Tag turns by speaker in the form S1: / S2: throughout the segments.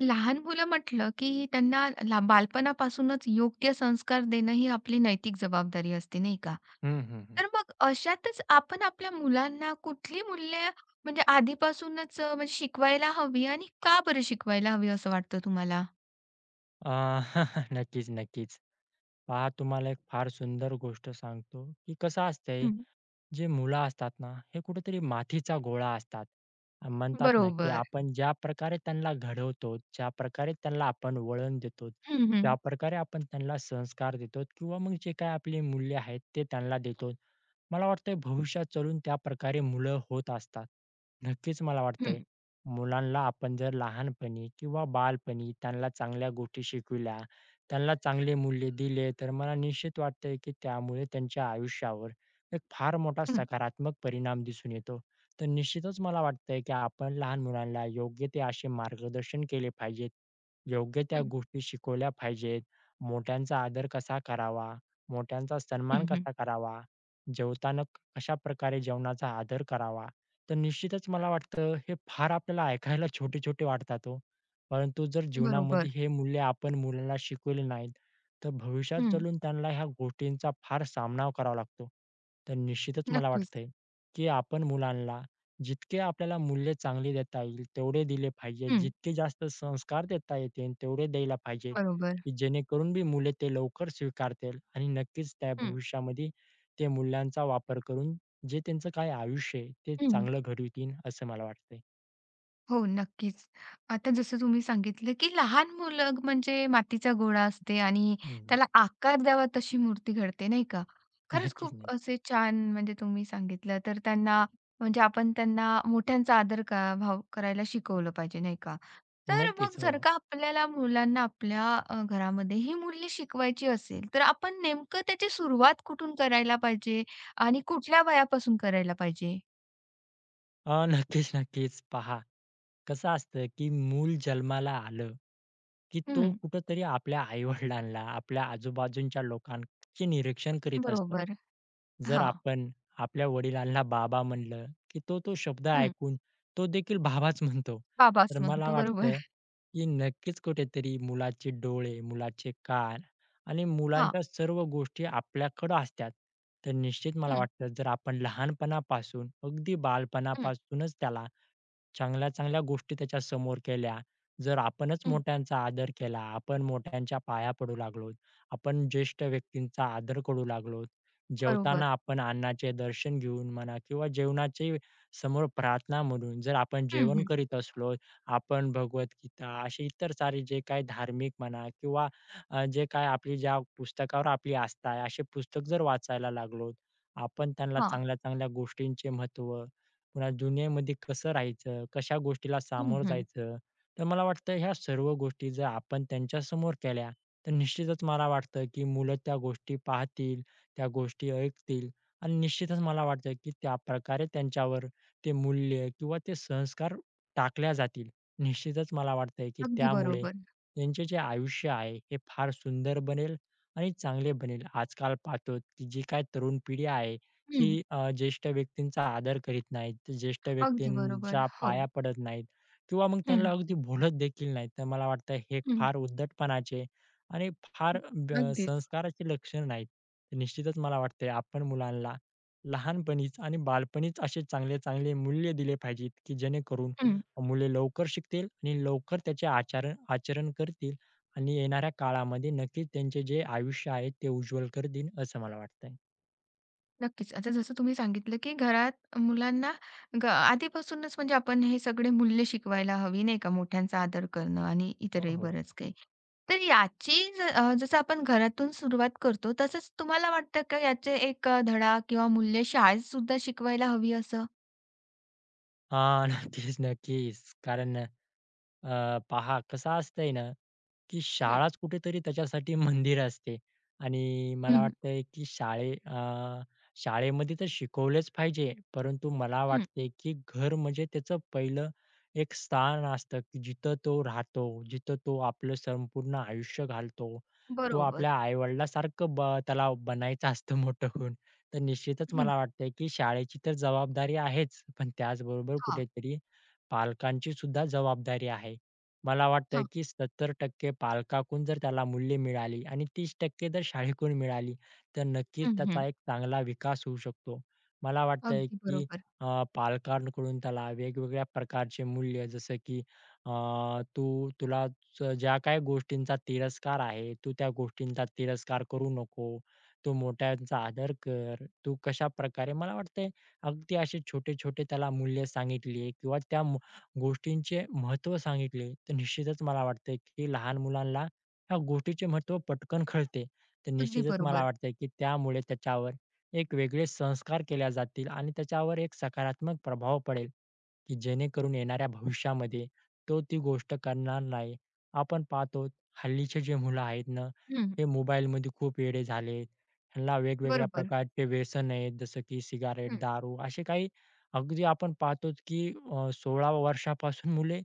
S1: लहान मुलं म्हटलं, की त्यांना बालपणापासूनच योग्य संस्कार देणं ही आपली नैतिक जबाबदारी असते, नाही का?
S2: हं, हं, हं.
S1: तर मग अशातच आपण आपल्या मुलांना कुठली मूल्य म्हणजे आधीपासूनच म्हणजे शिकवायला हवी आणि का बरं शिकवायला हवी असं वाटतं तुम्हाला?
S2: अ, नक्कीच, नक्कीच. पहा तुम्हाला एक फार सुंदर गोष्ट सांगतो, की कसं असतंय,
S1: हं,
S2: जे मुलं असतात ना, हे कुठेतरी मातीचा गोळा असतात. म्हणतात ना, की
S1: बरोबर.
S2: आपण ज्या प्रकारे त्यांना घडवतो, ज्या प्रकारे त्यांना आपण वळण देतो,
S1: हं,
S2: त्या
S1: हं.
S2: प्रकारे आपण त्यांना संस्कार देतो किंवा मग जे काही आपली मूल्य आहेत, ते त्यांना देतो. मला वाटतंय भविष्यात चलून त्या प्रकारे मुलं होत असतात. नक्कीच मला वाटतंय,
S1: हं,
S2: मुलांना आपण जर लहानपणी किंवा बालपणी त्यांना चांगल्या गोष्टी शिकविल्या, त्यांना चांगले मूल्य दिले, तर मला निश्चित वाटतंय, की त्यामुळे त्यांच्या आयुष्यावर एक फार मोठा
S1: हं,
S2: सकारात्मक परिणाम दिसून येतो. तर निश्चितच मला वाटतंय, की आपण लहान मुलांना योग्य ते असे मार्गदर्शन केले पाहिजेत. योग्य त्या
S1: हं,
S2: गोष्टी शिकवल्या पाहिजेत. मोठ्यांचा आदर कसा करावा, मोठ्यांचा
S1: हं,
S2: सन्मान
S1: हं.
S2: कसा करावा जेवताना कशा प्रकारे जेवणाचा आदर करावा, तर निश्चितच मला वाटतं हे फार आपल्याला ऐकायला छोटे-छोटे वाटतात हो. परंतु जर जीवनामध्ये
S1: बरोबर.
S2: हे मूल्य आपण मुलांना शिकवले नाहीत, तर भविष्यात
S1: हं,
S2: चालून त्यांना ह्या गोष्टींचा फार सामना करावा लागतो. तर निश्चितच मला
S1: नक्कीच.
S2: वाटतंय, की आपण मुलांना जितके आपल्याला मूल्य चांगले देता येईल, तेवढे दिले पाहिजे.
S1: हं,
S2: जितके जास्त संस्कार देता येतील, तेवढे द्यायला पाहिजे,
S1: बरोबर.
S2: की जेणेकरून बी मुले ते लवकर स्वीकारतील आणि नक्कीच त्या
S1: हं,
S2: भविष्यामध्ये ते मूल्यांचा वापर करून जे त्यांचं काय आयुष्य आहे ते चांगलं घडवितील असं मला वाटतंय.
S1: हो, नक्कीच. आता जसं तुम्ही सांगितलं, की लहान मुलं म्हणजे मातीचा गोळा असते आणि
S2: हं.
S1: त्याला आकार द्यावा तशी मूर्ती घडते, नाही का? खरंच
S2: नक्कीच, हं.
S1: खूप असे छान म्हणजे तुम्ही सांगितलं. तर त्यांना म्हणजे आपण त्यांना मोठ्यांचा आदर का भाव करायला शिकवलं पाहिजे, नाही का? तर मग
S2: नक्कीच. हो,
S1: जर
S2: हो.
S1: का आपल्याला मुलांना आपल्या घरामध्ये ही मूल्य शिकवायची असेल, तर आपण नेमकं त्याची सुरुवात कुठून करायला पाहिजे आणि कुठल्या वयापासून करायला पाहिजे?
S2: नक्कीच, नक्कीच. पहा कसं असतं, की मूल जन्माला आलं, की तो
S1: हं,
S2: कुठेतरी आपल्या आई-वडिलांना, आपल्या आजूबाजूच्या लोकांचे निरीक्षण करीत असतो.
S1: बरोबर.
S2: जर
S1: हां.
S2: आपण आपल्या वडिलांना बाबा म्हणलं, की तो तो शब्द ऐकून तो देखील बाबाच म्हणतो.
S1: बाबाच
S2: तर मला
S1: म्हणतो. बरोबर.
S2: वाटतं, की नक्कीच कुठेतरी मुलाचे डोळे, मुलाचे कान आणि
S1: हां.
S2: मुलांच्या सर्व गोष्टी आपल्याकडं असतात. तर निश्चित मला
S1: हं,
S2: वाटतं, जर आपण लहानपणापासून अगदी
S1: हं,
S2: बालपणापासूनच त्याला चांगल्या चांगल्या गोष्टी त्याच्या समोर केल्या, जर आपणच
S1: हं.
S2: मोठ्यांचा आदर केला, आपण मोठ्यांच्या पाया पडू लागलो, आपण ज्येष्ठ व्यक्तींचा आदर करू लागलो,
S1: बरोबर.
S2: जेवताना आपण अन्नाचे दर्शन घेऊन म्हणा किंवा जेवणाचे समोर प्रार्थना म्हणून जर आपण
S1: हं,
S2: जेवण
S1: हं.
S2: करीत असलो, आपण भगवद्गीता असे इतर सारे जे काही धार्मिक म्हणा किंवा जे काय आपली ज्या पुस्तकावर आपली आस्था आहे, असे पुस्तक जर वाचायला लागलो, आपण त्यांना
S1: हां.
S2: चांगल्या चांगल्या गोष्टींचे महत्त्व पुन्हा दुनियेमध्ये कसं राहायचं, कशा गोष्टीला
S1: हं,
S2: सामोरं
S1: हं.
S2: जायचं. तर मला वाटतं ह्या सर्व गोष्टी जर आपण त्यांच्यासमोर केल्या, तर निश्चितच मला वाटतं, की मुलं त्या गोष्टी पाहतील, त्या गोष्टी ऐकतील आणि निश्चितच मला वाटतं, की त्याप्रकारे त्यांच्यावर ते मूल्य किंवा ते संस्कार टाकल्या जातील. निश्चितच मला वाटतंय, की
S1: अगदी
S2: त्यामुळे
S1: बरोबर.
S2: त्यांचे जे आयुष्य आहे, हे फार सुंदर बनेल आणि चांगले बनेल. आजकाल पाहतो, की जी काही तरुण पिढी आहे
S1: हं.
S2: की ज्येष्ठ व्यक्तींचा आदर करीत नाहीत, ज्येष्ठ
S1: अगदी बरोबर.
S2: व्यक्तींच्या
S1: हो.
S2: पाया पडत नाहीत किंवा मग
S1: हं, हं.
S2: त्यांना अगदी बोलत देखील नाहीत. तर मला वाटतं हे
S1: हं.
S2: फार उद्धटपणाचे आणि फार
S1: अगदीच.
S2: संस्काराचे लक्षण नाहीत. निश्चितच मला वाटतंय आपण मुलांना लहानपणीच आणि बालपणीच असे चांगले-चांगले मूल्य दिले पाहिजेत, की जेणेकरून
S1: हं.
S2: मुले लवकर शिकतील आणि लवकर त्याचे आचरण आचरण करतील आणि येणाऱ्या काळामध्ये नक्कीच त्यांचे जे आयुष्य आहे ते उज्वल करतील असं मला वाटतंय.
S1: नक्कीच. आता जसं तुम्ही सांगितलं, की घरात मुलांना आधीपासूनच म्हणजे आपण हे सगळे मूल्य शिकवायला हवी नाही का, मोठ्यांचा आदर करणं आणि
S2: हो,
S1: इतरही
S2: हो.
S1: बरंच काही. तर याची जसं आपण घरातून सुरुवात करतो, तसंच तुम्हाला वाटतं का याचे एक धडा किंवा मूल्य शाळेत सुद्धा शिकवायला हवी असं?
S2: हां. नक्कीच, नक्कीच. कारण पहा कसं असतंय ना, की
S1: हं,
S2: शाळाच कुठेतरी त्याच्यासाठी मंदिर असते आणि मला
S1: हं,
S2: वाटतंय की शाळेमध्ये तर शिकवलेच पाहिजे, परंतु मला
S1: हं.
S2: वाटते की घर म्हणजे त्याचं पहिलं एक स्थान असतं, की जिथं तो राहतो, जिथं तो आपलं संपूर्ण आयुष्य घालतो. तो आपल्या
S1: बरोबर.
S2: आई-वडिलांसारखं त्याला बनायचं असतं मोठं होऊन. तर निश्चितच
S1: हं.
S2: मला वाटतंय की शाळेची तर जबाबदारी आहेच, पण त्याचबरोबर
S1: हां,
S2: कुठेतरी पालकांची सुद्धा जबाबदारी आहे. मला वाटतंय
S1: हां.
S2: की 70% पालकाकडून जर त्याला मूल्य मिळाली आणि 30% जर शाळेकडून मिळाली, तर नक्कीच
S1: हं, हं.
S2: त्याचा एक चांगला विकास होऊ शकतो. मला वाटतंय
S1: अगदी
S2: की
S1: बरोबर,
S2: पालकांकडून त्याला वेगवेगळ्या प्रकारचे मूल्य जसं की अ, तू तुला ज्या काही गोष्टींचा तिरस्कार आहे, तू त्या गोष्टींचा तिरस्कार करू नको. तू मोठ्यांचा आदर कर. तू कशाप्रकारे मला वाटतंय अगदी असे छोटे-छोटे त्याला मूल्य सांगितली किंवा त्या गोष्टींचे महत्त्व सांगितले, तर निश्चितच मला वाटतंय की लहान मुलांना ह्या गोष्टीचे महत्त्व पटकन कळते. तर
S1: अगदी
S2: निश्चितच मला
S1: बरोबर.
S2: वाटतंय की त्यामुळे त्याच्यावर एक वेगळे संस्कार केले जातील आणि त्याच्यावर एक सकारात्मक प्रभाव पडेल, की जेणेकरून येणाऱ्या भविष्यामध्ये तो ती गोष्ट करणार नाही. आपण पाहतो हल्लीचे जे मुलं आहेत ना,
S1: हं,
S2: हे मोबाईलमध्ये खूप वेडे झालेत. ह्यांना वेगवेगळ्या
S1: बरोबर.
S2: प्रकारचे व्यसन आहेत, जसं की सिगारेट,
S1: हं,
S2: दारू असे काही अगदी आपण पाहतोच की 16 वर्षापासून मुले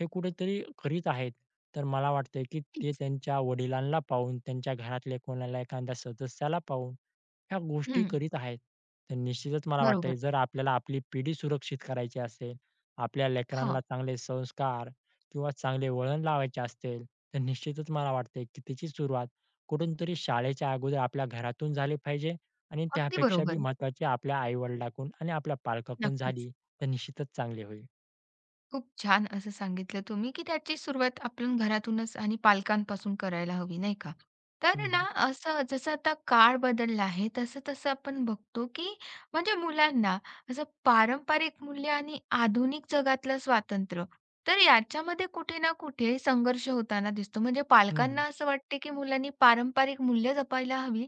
S2: हे कुठेतरी करीत आहेत. तर मला वाटतंय की ते
S1: तेच.
S2: त्यांच्या वडिलांना पाहून, त्यांच्या घरातल्या कोणाला एखाद्या सदस्याला पाहून ह्या गोष्टी
S1: हं,
S2: करीत आहेत. तर निश्चितच मला वाटतंय
S1: बरोबर.
S2: जर आपल्याला आपली पिढी सुरक्षित करायची असेल, आपल्या
S1: हां,
S2: लेकरांना चांगले संस्कार किंवा चांगले वळण लावायचे असेल, तर निश्चितच मला वाटतंय की त्याची सुरुवात कुठून तरी शाळेच्या अगोदर आपल्या घरातून झाली पाहिजे आणि
S1: अगदी
S2: त्यापेक्षा बी
S1: बरोबर.
S2: महत्त्वाची आपल्या आई-वडिलांकडून आणि आपल्या पालकाकडून
S1: नक्कीच.
S2: झाली, तर निश्चितच चांगले होईल.
S1: खूप छान असं सांगितलं तुम्ही, की त्याची सुरुवात आपण घरातूनच आणि पालकांपासून करायला हवी, नाही का?
S2: हं,
S1: तर ना,
S2: हं.
S1: असं जसं आता काळ बदलला आहे, तसं-तसं आपण बघतो, की म्हणजे मुलांना असं पारंपरिक मूल्य आणि आधुनिक जगातलं स्वातंत्र्य, तर याच्यामध्ये कुठे ना कुठे संघर्ष होताना दिसतो. म्हणजे
S2: हं, हं.
S1: पालकांना असं वाटते, की मुलांनी पारंपरिक मूल्य जपायला हवी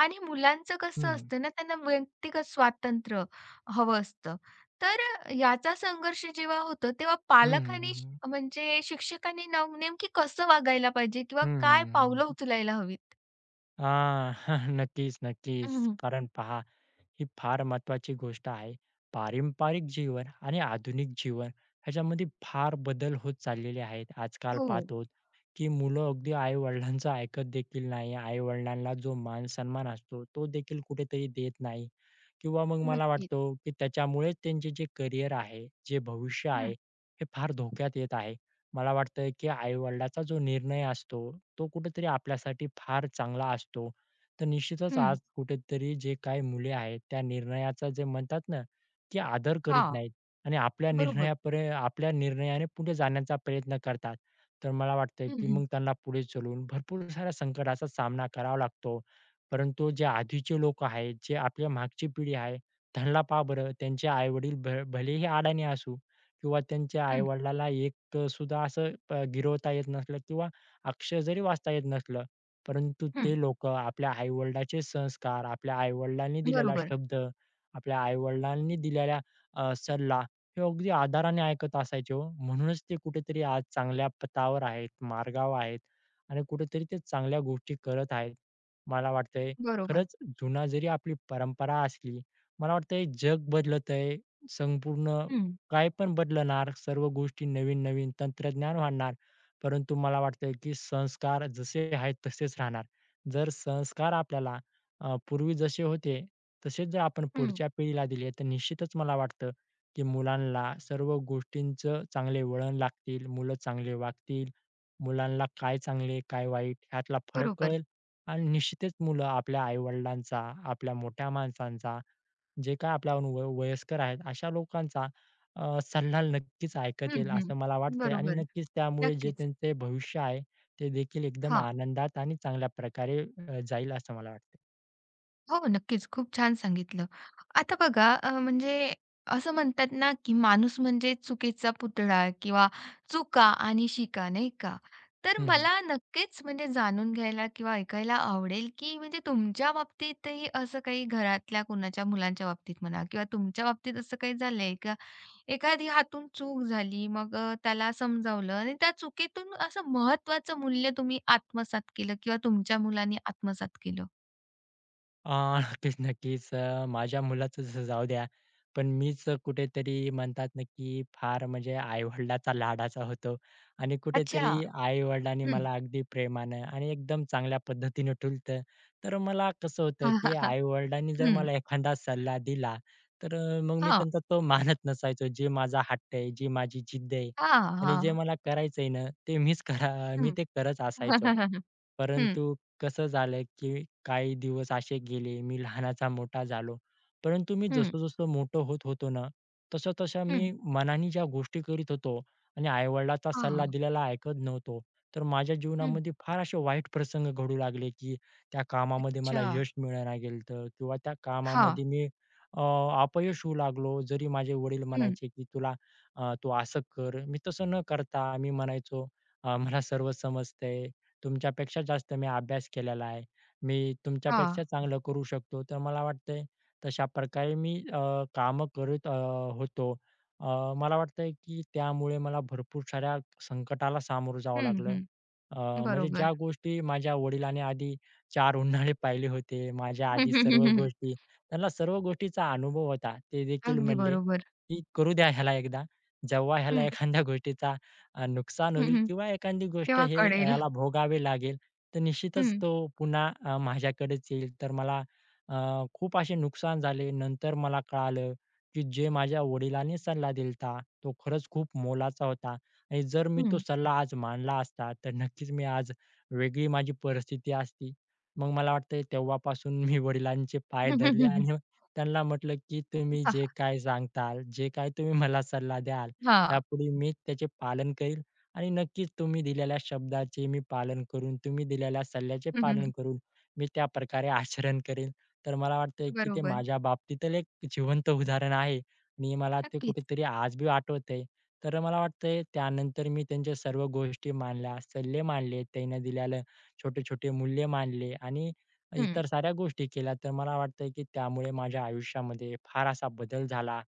S1: आणि मुलांचं
S2: हं,
S1: कसं
S2: हं.
S1: असतं ना, त्यांना व्यक्तिगत स्वातंत्र्य हवं असतं. तर याचा संघर्ष जेव्हा होतो, तेव्हा
S2: हं,
S1: पालक
S2: हं. हं,
S1: आणि
S2: हं.
S1: म्हणजे शिक्षकांनी नेमकी कसं वागायला पाहिजे किंवा काय
S2: हं,
S1: पावलं उचलायला हवीत?
S2: हां. नक्कीच, नक्कीच.
S1: हं.
S2: कारण पहा, ही फार महत्त्वाची गोष्ट आहे. पारंपरिक जीवन आणि आधुनिक जीवन ह्याच्यामध्ये फार बदल होत चाललेले आहेत. आजकाल
S1: हो,
S2: पाहतो, की मुलं अगदी आई-वडिलांचं ऐकत देखील नाही. आई-वडिलांना जो मान-सन्मान असतो, तो देखील कुठेतरी देत नाही किंवा मग मला
S1: नक्कीच.
S2: वाटतो, की त्याच्यामुळेच त्यांचे जे करिअर आहे, जे भविष्य
S1: हं,
S2: आहे, हे फार धोक्यात येत आहे. मला वाटतंय, की आई जो निर्णय असतो, तो कुठेतरी आपल्यासाठी फार चांगला असतो. तर निश्चितच
S1: हं.
S2: आज कुठेतरी जे काही मुले आहेत, त्या निर्णयाचा जे म्हणतात ना, की आदर करीत
S1: हां,
S2: नाहीत आणि आपल्या
S1: बरोबर.
S2: निर्णयापर्यंत आपल्या निर्णयाने पुढे जाण्याचा प्रयत्न करतात. तर मला वाटतंय,
S1: हं,
S2: की
S1: हं,
S2: मग त्यांना पुढे चलून भरपूर साऱ्या संकटाचा सामना करावा लागतो. परंतु जे आधीचे लोक आहेत, जे आपल्या मागची पिढी आहे, त्यांना पहा बरं, त्यांचे आई-वडील भलेही अडाणी असू, किंवा त्यांच्या
S1: हं,
S2: आई-वडिलाला एक सुद्धा असं गिरवता येत नसलं किंवा अक्षर जरी वाचता येत नसलं, परंतु
S1: हं.
S2: ते लोकं आपल्या आई संस्कार, आपल्या आई दिलेला
S1: बरोबर,
S2: शब्द, आपल्या आई दिलेला सल्ला हे अगदी आदराने ऐकत असायचे हो. म्हणूनच ते कुठेतरी आज चांगल्या पथावर आहेत, मार्गावर आहेत आणि कुठेतरी ते चांगल्या गोष्टी करत आहेत. मला वाटतंय
S1: बरोबर.
S2: खरंच जुना जरी आपली परंपरा असली, मला वाटतंय जग बदलत आहे, संपूर्ण
S1: हं,
S2: काय पण बदलणार, सर्व गोष्टी नवीन-नवीन, तंत्रज्ञान वाढणार, परंतु मला वाटतंय की संस्कार जसे आहेत तसेच राहणार. जर संस्कार आपल्याला पूर्वी जसे होते, तसेच जर आपण
S1: हं.
S2: पुढच्या पिढीला दिले, तर निश्चितच मला वाटतं की मुलांना सर्व गोष्टींचं चांगले वळण लागतील, मुलं चांगले वागतील, मुलांना काय चांगले, काय वाईट ह्यातला फरक
S1: बरोबर.
S2: कळेल आणि निश्चितच मुलं आपल्या आई आपल्या मोठ्या माणसांचा जे काय आपल्याहून वय वयस्कर आहेत, अशा लोकांचा सल्ला नक्कीच
S1: हं,
S2: ऐकतील
S1: हं.
S2: असं मला वाटतंय आणि
S1: बरोबर.
S2: नक्कीच त्यामुळे जे
S1: नक्कीच.
S2: त्यांचे भविष्य आहे, ते देखील एकदम
S1: हां.
S2: आनंदात आणि चांगल्या प्रकारे जाईल असं मला वाटतंय.
S1: हो, नक्कीच. खूप छान सांगितलं. आता बघा म्हणजे असं म्हणतात ना, की माणूस म्हणजे चुकीचा पुतळा किंवा चुका आणि शिका, नाही का? तर
S2: हं,
S1: मला नक्कीच म्हणजे जाणून घ्यायला किंवा ऐकायला आवडेल, की म्हणजे तुमच्या बाबतीतही असं काही घरातल्या कोणाच्या मुलांच्या बाबतीत म्हणा किंवा तुमच्या बाबतीत असं काही झालंय का? एखादी हातून चूक झाली, मग त्याला समजावलं आणि त्या चुकीतून असं महत्त्वाचं मूल्य तुम्ही आत्मसात केलं किंवा तुमच्या मुलांनी आत्मसात केलं?
S2: अ, नक्कीच, नक्कीच. माझ्या मुलाचं जाऊ द्या. पण मीच कुठेतरी म्हणतात ना, की फार म्हणजे आई लाडाचा होतो आणि
S1: अच्छा.
S2: कुठेतरी आई-वडिलांनी मला अगदी प्रेमानं आणि एकदम चांगल्या पद्धतीनं ठुलतं. तर मला कसं होतं,
S1: हां,
S2: की
S1: हां, हां.
S2: आई जर
S1: हं.
S2: मला एखादा सल्ला दिला, तर मग मी
S1: हां.
S2: त्यांचा तो मानत नसायचो. जे माझा हट्ट आहे, जी माझी जिद्द आहे
S1: हां,
S2: आणि जे
S1: हां.
S2: मला करायचं ना, ते मीच करा मी
S1: हं.
S2: ते करत असायचो.
S1: हं,
S2: परंतु कसं झालं की काही दिवस असे गेले, मी लहानाचा मोठा झालो. परंतु मी
S1: हं,
S2: जसं-जसं मोठं होत होतो ना, तसं-तसं मी
S1: हं.
S2: मनाने ज्या गोष्टी करीत होतो आणि आई-वडिलांचा
S1: हां.
S2: सल्ला दिलेला ऐकत नव्हतो. तर माझ्या
S1: हं.
S2: जीवनामध्ये फार असे वाईट प्रसंग घडू लागले की त्या कामामध्ये मला
S1: अच्छा.
S2: यश मिळेना गेलं किंवा त्या
S1: हां.
S2: कामामध्ये मी अ, अपयश होऊ लागलो. जरी माझे वडील
S1: हं.
S2: म्हणायचे की "तुला तू असं कर." मी तसं न करता मी म्हणायचो, " मला सर्व समजतंय." तुमच्यापेक्षा जास्त मी अभ्यास केलेला आहे. मी
S1: हां.
S2: तुमच्यापेक्षा चांगलं करू शकतो. तर मला वाटतंय तशा प्रकारे मी कामं करत होतो. मला वाटतंय की त्यामुळे मला भरपूर साऱ्या संकटाला सामोरं जावं
S1: हं,
S2: लागलं.
S1: हं.
S2: अ, म्हणजे
S1: बरोबर.
S2: ज्या गोष्टी माझ्या वडिलांनी आधी 4 उन्हाळे पाहिले होते, माझ्या
S1: हं,
S2: आधी
S1: हं, हं,
S2: सर्व
S1: हं.
S2: गोष्टी त्यांना सर्व गोष्टीचा अनुभव होता. ते देखील
S1: अगदी
S2: म्हणले,
S1: बरोबर.
S2: की "करू द्या ह्याला एकदा." जेव्हा ह्याला
S1: हं,
S2: एखाद्या गोष्टीचा नुकसान
S1: हं,
S2: होईल
S1: हं.
S2: किंवा एखादी गोष्ट
S1: तेव्हा
S2: हे
S1: कळेल.
S2: याला भोगावे लागेल, तर निश्चितच
S1: हं,
S2: तो पुन्हा माझ्याकडेच येईल. तर मला खूप असे नुकसान झाले. नंतर मला कळालं, की जे माझ्या वडिलांनी सल्ला दिलता, तो खरंच खूप मोलाचा होता आणि जर मी तो
S1: हं.
S2: सल्ला आज मानला असता, तर नक्कीच मी आज वेगळी माझी परिस्थिती असती. मग मला वाटतंय तेव्हापासून मी वडिलांचे पाय धरले आणि त्यांना म्हटलं, की तुम्ही जे काय सांगताल, जे काय तुम्ही मला सल्ला द्याल
S1: हां.
S2: यापुढे मी त्याचे पालन करील आणि नक्कीच तुम्ही दिलेल्या शब्दाचे मी पालन करून, तुम्ही दिलेल्या सल्ल्याचे
S1: हं, हं,
S2: पालन
S1: हं.
S2: करून मी त्या प्रकारे आचरण करेल. तर मला वाटतंय की ते
S1: बरोबर.
S2: माझ्या बाबतीतलं एक जिवंत उदाहरण आहे आणि मला ते
S1: नक्कीच.
S2: कुठेतरी आज बी आठवतंय. तर मला वाटतंय त्यानंतर मी त्यांच्या सर्व गोष्टी मानल्या, सल्ले मानले, त्यांनी दिलेले छोटे-छोटे मूल्य मानले आणि
S1: हं.
S2: इतर साऱ्या गोष्टी केल्या. तर मला वाटतंय की त्यामुळे माझ्या आयुष्यामध्ये फार असा बदल झाला,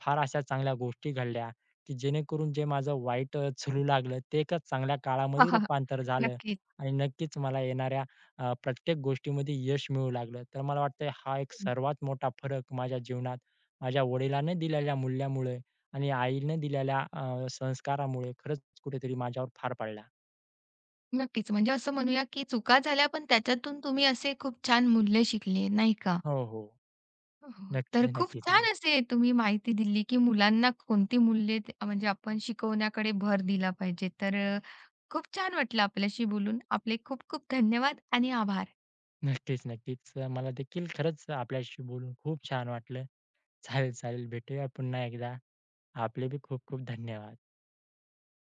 S2: फार अशा चांगल्या गोष्टी घडल्या की जेणेकरून जे माझं वाईट चलू लागलं ते एका चांगल्या काळामध्ये रूपांतर झालं
S1: नक्कीच.
S2: आणि नक्कीच मला येणाऱ्या प्रत्येक गोष्टीमध्ये यश मिळू लागलं. तर मला वाटतंय हा एक
S1: हं.
S2: सर्वात मोठा फरक माझ्या जीवनात माझ्या वडिलांनी दिलेल्या मूल्यामुळे आणि आईने दिलेल्या संस्कारामुळे खरंच कुठेतरी माझ्यावर फार पडला.
S1: नक्कीच. म्हणजे असं म्हणूया, की चुका झाल्या पण त्याच्यातून तुम्ही असे खूप छान मूल्य शिकले, नाही का?
S2: हो, हो.
S1: हो, हो. तर
S2: नक्कीच,
S1: खूप
S2: नक्कीच,
S1: छान
S2: नक्की.
S1: असे तुम्ही माहिती दिली, की मुलांना कोणती मूल्ये म्हणजे आपण शिकवण्याकडे भर दिला पाहिजे. तर खूप छान वाटलं आपल्याशी बोलून. आपले खूप खूप धन्यवाद आणि आभार.
S2: नक्कीच, नक्कीच. मला देखील खरंच आपल्याशी बोलून खूप छान वाटलं. चालेल, चालेल. भेटूया पुन्हा एकदा. आपले बी खूप खूप धन्यवाद.